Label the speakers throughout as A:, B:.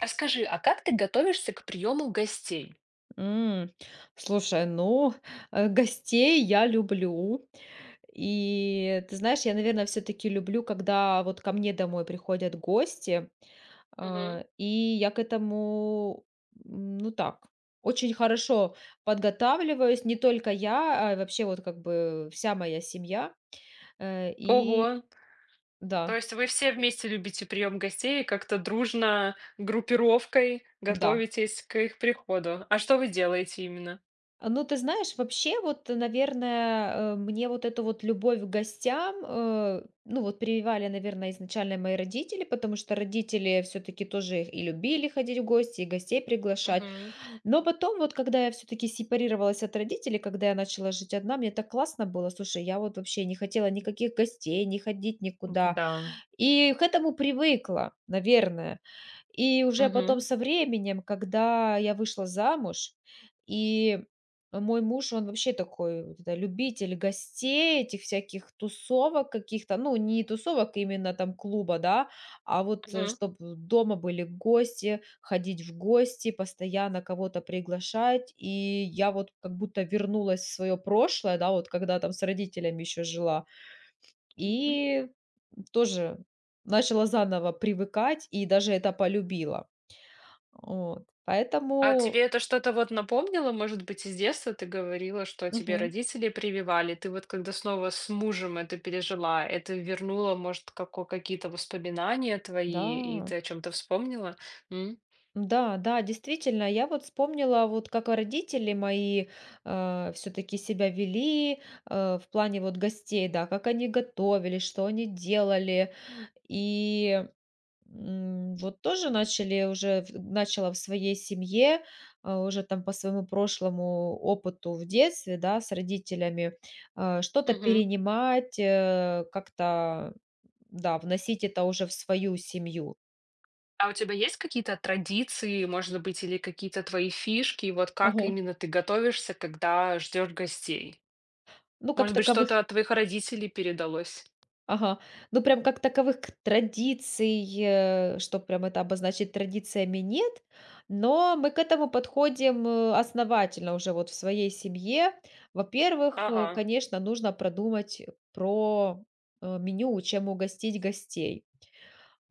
A: Расскажи, а как ты готовишься к приему гостей?
B: М. Слушай, ну, гостей я люблю. И ты знаешь, я, наверное, все-таки люблю, когда вот ко мне домой приходят гости,
A: Мгм.
B: и я к этому, ну так, очень хорошо подготавливаюсь. Не только я, а вообще вот как бы вся моя семья.
A: Ого,
B: И
A: то
B: да,
A: есть вы все вместе любите прием гостей и как-то дружно, группировкой
B: да.
A: готовитесь к их приходу. А что вы делаете именно?
B: Ну, ты знаешь, вообще, вот, наверное, мне вот эту вот любовь к гостям, ну, вот прививали, наверное, изначально мои родители, потому что родители все-таки тоже и любили ходить в гости, и гостей приглашать.
A: Мгм.
B: Но потом, вот когда я все-таки сепарировалась от родителей, когда я начала жить одна, мне так классно было. Слушай, я вот вообще не хотела никаких гостей, не ходить никуда.
A: Да.
B: И к этому привыкла, наверное. И уже
A: Мгм.
B: потом со временем, когда я вышла замуж, и мой муж, он вообще такой вот это любитель гостей, этих всяких тусовок каких-то, ну, не тусовок именно там клуба, да, а вот
A: Мгм.
B: чтобы дома были гости, ходить в гости, постоянно кого-то приглашать. И я вот как будто вернулась в свое прошлое, да, вот когда там с родителями еще жила,
A: Мгм.
B: и тоже начала заново привыкать и даже это полюбила. Вот.
A: А тебе
B: Поэтому.
A: это что-то вот напомнило, может быть, из детства ты говорила, что тебе
B: Мгм.
A: родители прививали, ты вот когда снова с мужем это пережила, это вернуло, может, какие-то воспоминания твои, и
B: Да.
A: ты о чем-то вспомнила?
B: Да, да, действительно, я вот вспомнила, вот как родители мои все-таки себя вели в плане вот гостей, да, как они готовили, что они делали. И. Вот тоже начали уже, в начала в своей семье, уже там по своему прошлому опыту в детстве, да, с родителями, что-то
A: Мгм.
B: перенимать, как-то, да, вносить это уже в свою семью.
A: А у тебя есть какие-то традиции, может быть, или какие-то твои фишки? Вот как
B: Ага.
A: именно ты готовишься, когда ждешь гостей?
B: Ну, как
A: Может быть,
B: таковых.
A: что-то от твоих родителей передалось?
B: Ага. Ну, прям как таковых к традиций, что прям это обозначить традициями, нет, но мы к этому подходим, основательно уже вот в своей семье. Во-первых,
A: Ага.
B: конечно, нужно продумать про, меню, чем угостить гостей.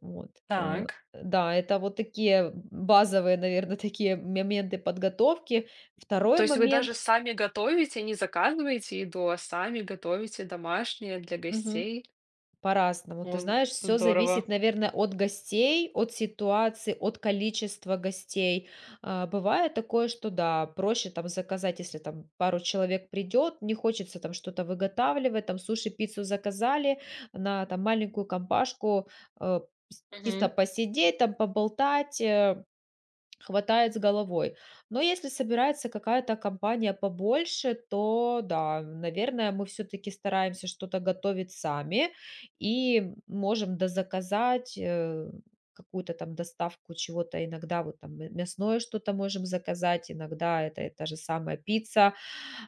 B: Вот, э,
A: Так.
B: да, это вот такие базовые, наверное, такие моменты подготовки. Второй
A: То есть вы
B: момент.
A: даже сами готовите, не заказываете еду, а сами готовите домашнее для
B: Мгм.
A: гостей?
B: По-разному. Ты
A: Вон,
B: знаешь, все
A: здорово.
B: зависит, наверное, от гостей, от ситуации, от количества гостей. Бывает такое, что да, проще там заказать, если там пару человек придет, не хочется там что-то выготавливать, там суши-пиццу заказали на там маленькую компашку, э, с чисто
A: Мгм.
B: посидеть, там поболтать, хватает с головой. Но если собирается какая-то компания побольше, то да, наверное, мы все-таки стараемся что-то готовить сами и можем дозаказать какую-то там доставку чего-то. Иногда вот там мясное что-то можем заказать, иногда это и та же самая пицца.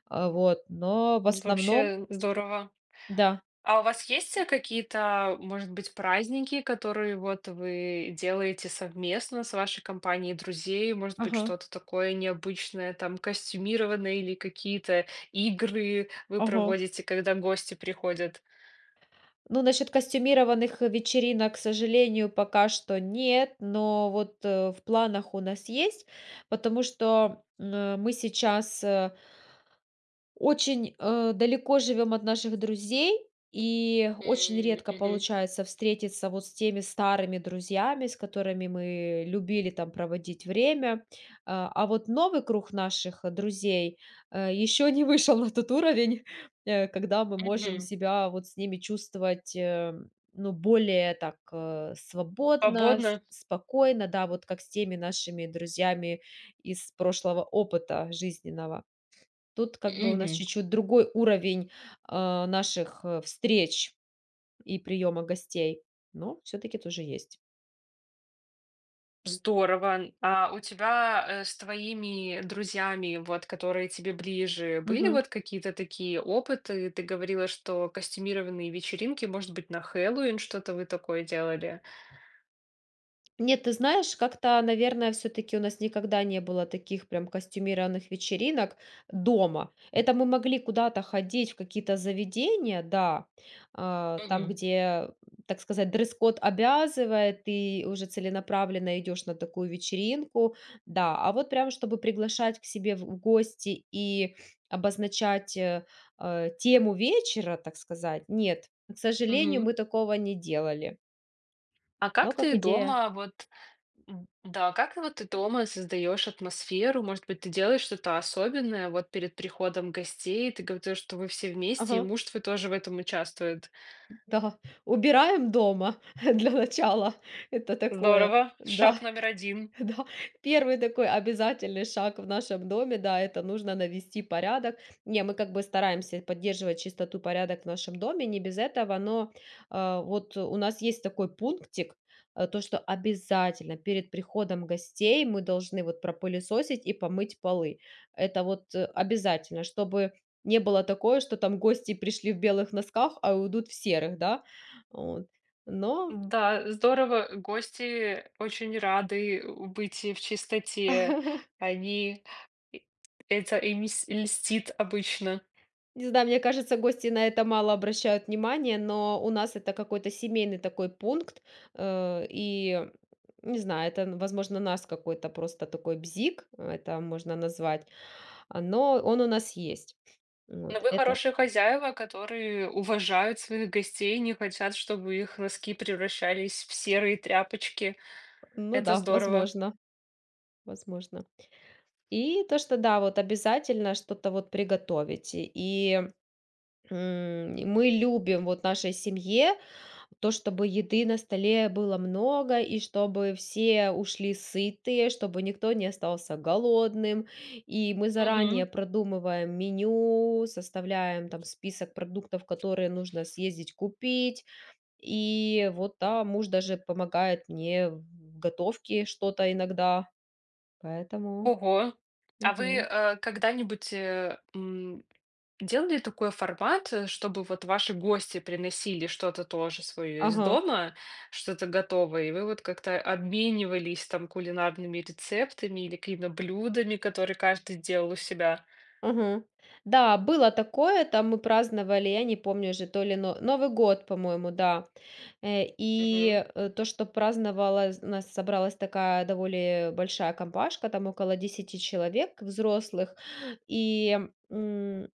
B: Вот, но в основном,
A: Вообще здорово.
B: да,
A: А у вас есть, какие-то, может быть, праздники, которые вот вы делаете совместно с вашей компанией друзей? Может быть,
B: ага,
A: что-то такое необычное, там, костюмированное или какие-то игры вы
B: ага.
A: проводите, когда гости приходят?
B: Ну, насчет костюмированных вечеринок, к сожалению, пока что нет, но вот в планах у нас есть, потому что мы сейчас очень, далеко живем от наших друзей, и очень
A: М,
B: редко
A: мгм,
B: получается встретиться вот с теми старыми друзьями, с которыми мы любили там проводить время. А вот новый круг наших, друзей, еще не вышел на тот уровень, когда мы можем
A: мгм.
B: себя вот с ними чувствовать, ну, более так, свободно,
A: Свободно?
B: с спокойно, да, вот как с теми нашими друзьями из прошлого опыта жизненного. Тут как бы у нас
A: Мгм.
B: чуть-чуть другой уровень, наших, встреч и приема гостей, но все таки тоже есть.
A: Здорово. А у тебя, с твоими друзьями, вот, которые тебе ближе, были
B: Мгм.
A: вот какие-то такие опыты? Ты говорила, что костюмированные вечеринки, может быть, на Хэллоуин что-то вы такое делали?
B: Нет, ты знаешь, как-то, наверное, все таки у нас никогда не было таких прям костюмированных вечеринок дома. Это мы могли куда-то ходить, в какие-то заведения, да, там,
A: Мгм.
B: где, так сказать, дресс-код обязывает, ты уже целенаправленно идешь на такую вечеринку, да. А вот прям, чтобы приглашать к себе в гости и обозначать, тему вечера, так сказать, нет. К сожалению,
A: Мгм.
B: мы такого не делали,
A: А
B: но
A: как
B: как
A: ты
B: идея.
A: дома вот да, как вот ты дома создаешь атмосферу? Может быть, ты делаешь что-то особенное вот перед приходом гостей? Ты говорила, что вы все вместе, и
B: Ага.
A: муж твой тоже в этом участвует.
B: Да, убираем дома для начала. Это такое,
A: Здорово. Шаг
B: да.
A: номер один.
B: Да, первый такой обязательный шаг в нашем доме, да, это нужно навести порядок. Не, мы как бы стараемся поддерживать чистоту, порядок в нашем доме, не без этого, но, вот у нас есть такой пунктик, то, что обязательно перед приходом гостей мы должны вот пропылесосить и помыть полы. Это вот, обязательно, чтобы не было такое, что там гости пришли в белых носках, а уйдут в серых, да. Вот, но.
A: Да, здорово. Гости очень рады быть в чистоте. Они это льстит обычно.
B: Не знаю, мне кажется, гости на это мало обращают внимания, но у нас это какой-то семейный такой пункт, и не знаю, это, возможно, нас какой-то просто такой бзик, это можно назвать, но он у нас есть.
A: Но
B: Вот,
A: вы
B: это,
A: хорошие хозяева, которые уважают своих гостей, не хотят, чтобы их носки превращались в серые тряпочки.
B: ну
A: Это
B: да,
A: здорово.
B: возможно, возможно. И то, что да, вот обязательно что-то вот приготовить. И мы любим вот нашей семье то, чтобы еды на столе было много, и чтобы все ушли сытые, чтобы никто не остался голодным. И мы заранее
A: Мгм.
B: продумываем меню, составляем там список продуктов, которые нужно съездить купить. И вот, да, муж даже помогает мне в готовке что-то иногда, поэтому.
A: Ого. А вы
B: Мгм.
A: когда-нибудь делали такой формат, чтобы вот ваши гости приносили что-то тоже свое из
B: Ага.
A: дома, что-то готовое, и вы вот как-то обменивались там кулинарными рецептами или какими-то блюдами, которые каждый делал у себя?
B: Мгм. Да, было такое, там мы праздновали, я не помню уже, то ли Новый год, по-моему, да.
A: Мгм.
B: И, то, что праздновала у нас собралась такая довольно большая компашка, там около 10 человек взрослых. И, м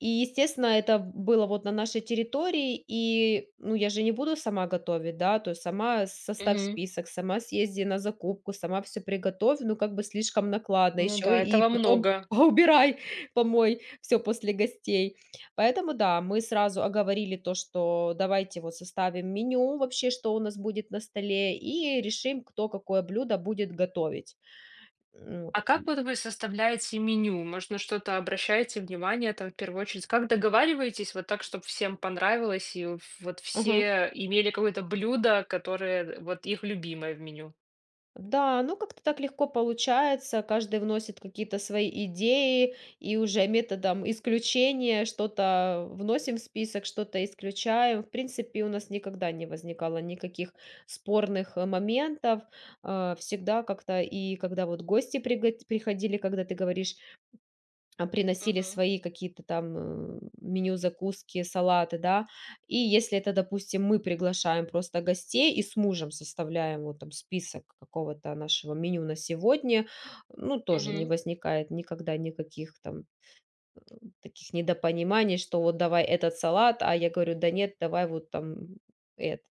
B: и, естественно, это было вот на нашей территории, и, ну, я же не буду сама готовить, да, то есть сама составь
A: Мгм.
B: список, сама съезди на закупку, сама все приготовь, ну, как бы слишком накладно,
A: Ну
B: еще
A: да,
B: и
A: этого
B: потом
A: много.
B: поубирай, помой все после гостей. Поэтому да, мы сразу оговорили то, что давайте вот составим меню вообще, что у нас будет на столе, и решим, кто какое блюдо будет готовить. М,
A: А как вот вы составляете меню? Может, на что-то обращаете внимание там в первую очередь? Как договариваетесь вот так, чтобы всем понравилось, и вот все имели какое-то блюдо, которое вот их любимое в меню?
B: Да, ну как-то так легко получается. Каждый вносит какие-то свои идеи и уже методом исключения что-то вносим в список, что-то исключаем. В принципе, у нас никогда не возникало никаких спорных моментов. Всегда как-то и когда вот гости приходили, когда ты говоришь, приносили
A: Мгм.
B: свои какие-то там, меню, закуски, салаты, да. И если это, допустим, мы приглашаем просто гостей и с мужем составляем вот там список какого-то нашего меню на сегодня, ну, тоже не
A: Мгм.
B: возникает никогда никаких там таких недопониманий, что вот давай этот салат, а я говорю: "Да нет, давай вот там этот".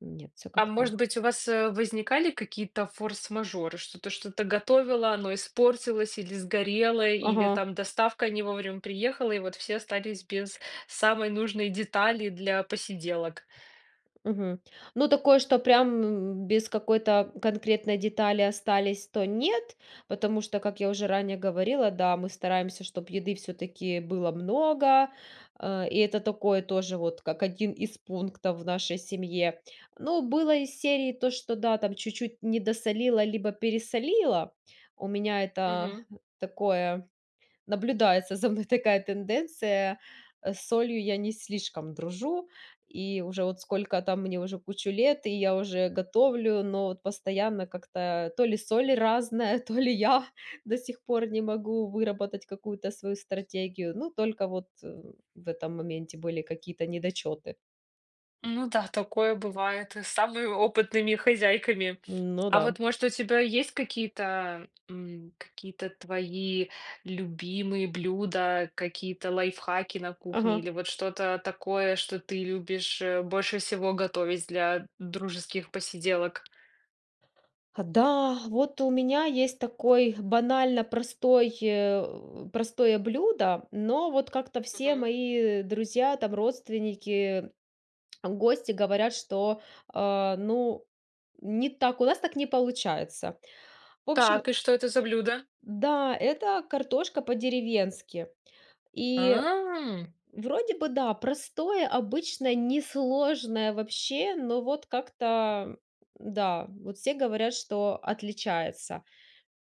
B: Нет, все
A: А
B: как-то.
A: может быть, у вас, возникали какие-то форс-мажоры? Что-то готовила, оно испортилось или сгорело, или
B: Ага.
A: там доставка не вовремя приехала, и вот все остались без самой нужной детали для посиделок?
B: Мгм. Ну, такое, что прям без какой-то конкретной детали остались, то нет, потому что, как я уже ранее говорила, да, мы стараемся, чтобы еды все-таки было много, и это такое тоже вот как один из пунктов в нашей семье. Ну, было из серии то, что да, там чуть-чуть недосолила, либо пересолила. У меня это такое. Наблюдается за мной такая тенденция. С солью я не слишком дружу, и уже вот сколько там мне уже кучу лет, и я уже готовлю, но вот постоянно как-то то ли соль разная, то ли я до сих пор не могу выработать какую-то свою стратегию. Ну, только вот, в этом моменте были какие-то недочеты.
A: Ну да, такое бывает и с самыми опытными хозяйками.
B: Ну
A: А
B: да.
A: вот, может, у тебя есть какие-то какие-то твои любимые блюда, какие-то лайфхаки на кухне
B: Ага.
A: или вот что-то такое, что ты любишь больше всего готовить для дружеских посиделок?
B: Да, вот у меня есть такой банально простой, простое блюдо, но вот как-то все
A: Мгм.
B: мои друзья, там родственники, гости говорят, что, ну, не так, у нас так не получается. В общем,
A: Так, и что это за блюдо?
B: да, это картошка по-деревенски. И вроде бы, да, простое, обычное, несложное вообще, но вот как-то, да, вот все говорят, что отличается.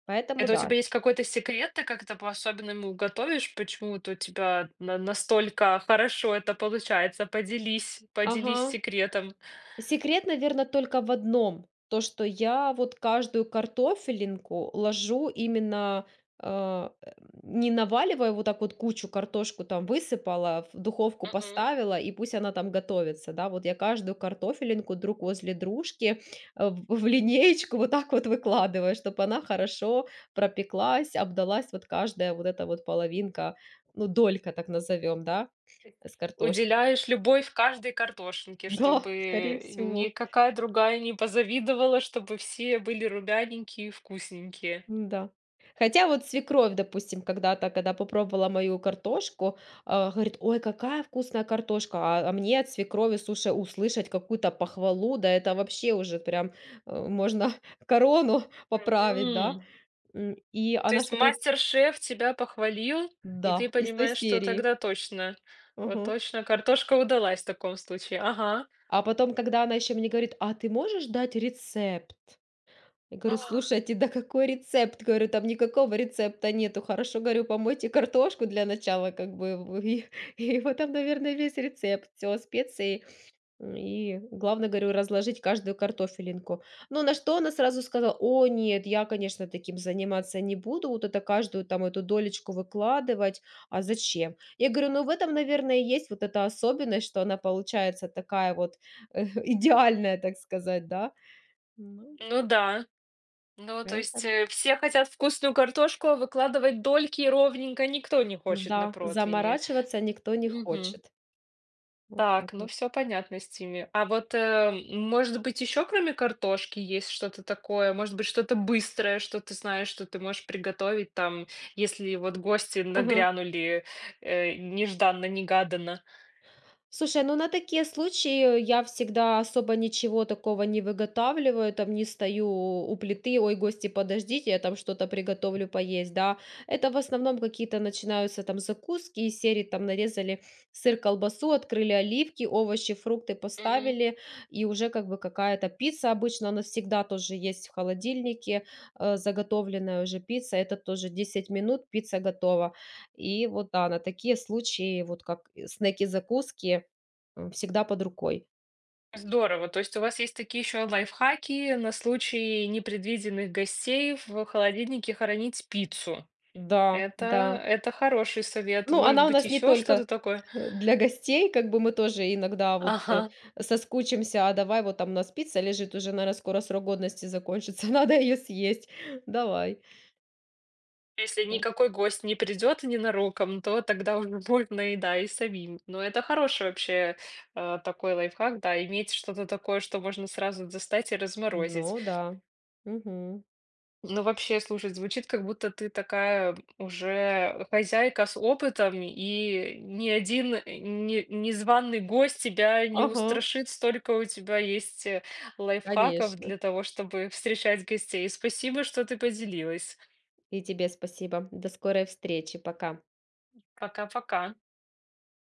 B: Поэтому
A: Это у
B: да.
A: тебя есть какой-то секрет? Ты как-то по-особенному готовишь? Почему то у тебя на настолько хорошо это получается? Поделись,
B: Ага.
A: поделись секретом.
B: Секрет, наверное только в одном. То, что я вот каждую картофелинку ложу именно, а, э, не наваливая вот так вот кучу, картошку там высыпала, в духовку
A: Мгм.
B: поставила, и пусть она там готовится, да. Вот я каждую картофелинку друг возле дружки, в линеечку вот так вот выкладываю, чтобы она хорошо пропеклась, обдалась вот каждая вот эта вот половинка, ну, долька, так назовем, да, с картошки.
A: Уделяешь любовь каждой картошинке,
B: Да, скорее
A: чтобы
B: всего.
A: никакая другая не позавидовала, чтобы все были румяненькие и вкусненькие.
B: да Хотя вот свекровь, допустим, когда-то, когда попробовала мою картошку, говорит: "Ой, какая вкусная картошка". А мне от свекрови, слушай, услышать какую-то похвалу, да это вообще уже прям, можно корону поправить, да.
A: Мгм.
B: И
A: То
B: она ж
A: есть
B: такая
A: мастер-шеф тебя похвалил, и
B: да,
A: ты
B: из той
A: понимаешь, что
B: серии.
A: тогда точно, вот
B: Мгм.
A: точно картошка удалась в таком случае. Ага.
B: А потом, когда она еще мне говорит: "А ты можешь дать рецепт?" Я говорю:
A: А.
B: "Слушайте, да какой рецепт?" Говорю: "Там никакого рецепта нету. Хорошо, говорю, помойте картошку для начала, как бы вы". И и вот там, наверное, весь рецепт, все специи. И главное, говорю, разложить каждую картофелинку. Ну, на что она сразу сказала: "О нет, я, конечно, таким заниматься не буду, вот это каждую там эту долечку выкладывать, а зачем?" Я говорю: "Ну, в этом, наверное, и есть вот эта особенность, что она получается такая вот, идеальная, так сказать, да?" Ну,
A: Ну да. Ну, то есть,
B: поэтому.
A: все хотят вкусную картошку, а выкладывать дольки ровненько никто не хочет на
B: Да,
A: противне.
B: заморачиваться никто не
A: Мгм.
B: хочет. Вот
A: Так,
B: так
A: ну
B: вот.
A: все понятно с теми. А вот, может быть, еще кроме картошки есть что-то такое? Может быть, что-то быстрое, что ты знаешь, что ты можешь приготовить там, если вот гости
B: Ага.
A: нагрянули, нежданно-негаданно?
B: Слушай, ну на такие случаи я всегда особо ничего такого не выготавливаю, там не стою у плиты, ой, гости, подождите, я там что-то приготовлю поесть, да. Это в основном какие-то начинаются там закуски из серии, там нарезали сыр, колбасу, открыли оливки, овощи, фрукты
A: Мгм.
B: поставили, и уже как бы какая-то пицца обычно, она всегда тоже есть в холодильнике, заготовленная уже пицца, это тоже 10 минут, пицца готова. И вот да, на такие случаи, вот как и снеки-закуски, всегда под рукой.
A: Здорово. То есть у вас есть такие еще лайфхаки на случай непредвиденных гостей в холодильнике хранить пиццу?
B: Да, да.
A: Это хороший совет.
B: Ну,
A: Может
B: она у
A: быть,
B: нас не
A: еще
B: только,
A: что-то такое?
B: для гостей, как бы мы тоже иногда вот,
A: Ага.
B: соскучимся: "А давай, вот там у нас пицца лежит, уже, наверное скоро срок годности закончится, надо ее съесть. Давай".
A: Если
B: Да.
A: никакой гость не придет ненароком, то тогда уже можно и да, и самим. Но это хороший вообще, такой лайфхак, да, иметь что-то такое, что можно сразу достать и разморозить.
B: Ну да. Мгм.
A: Ну, вообще, слушай, звучит, как будто ты такая уже хозяйка с опытом, и ни один не незваный гость тебя не
B: Ага,
A: устрашит. Столько у тебя есть, лайфхаков
B: конечно.
A: для того, чтобы встречать гостей. Спасибо, что ты поделилась.
B: И тебе спасибо. До скорой встречи. Пока.
A: Пока-пока.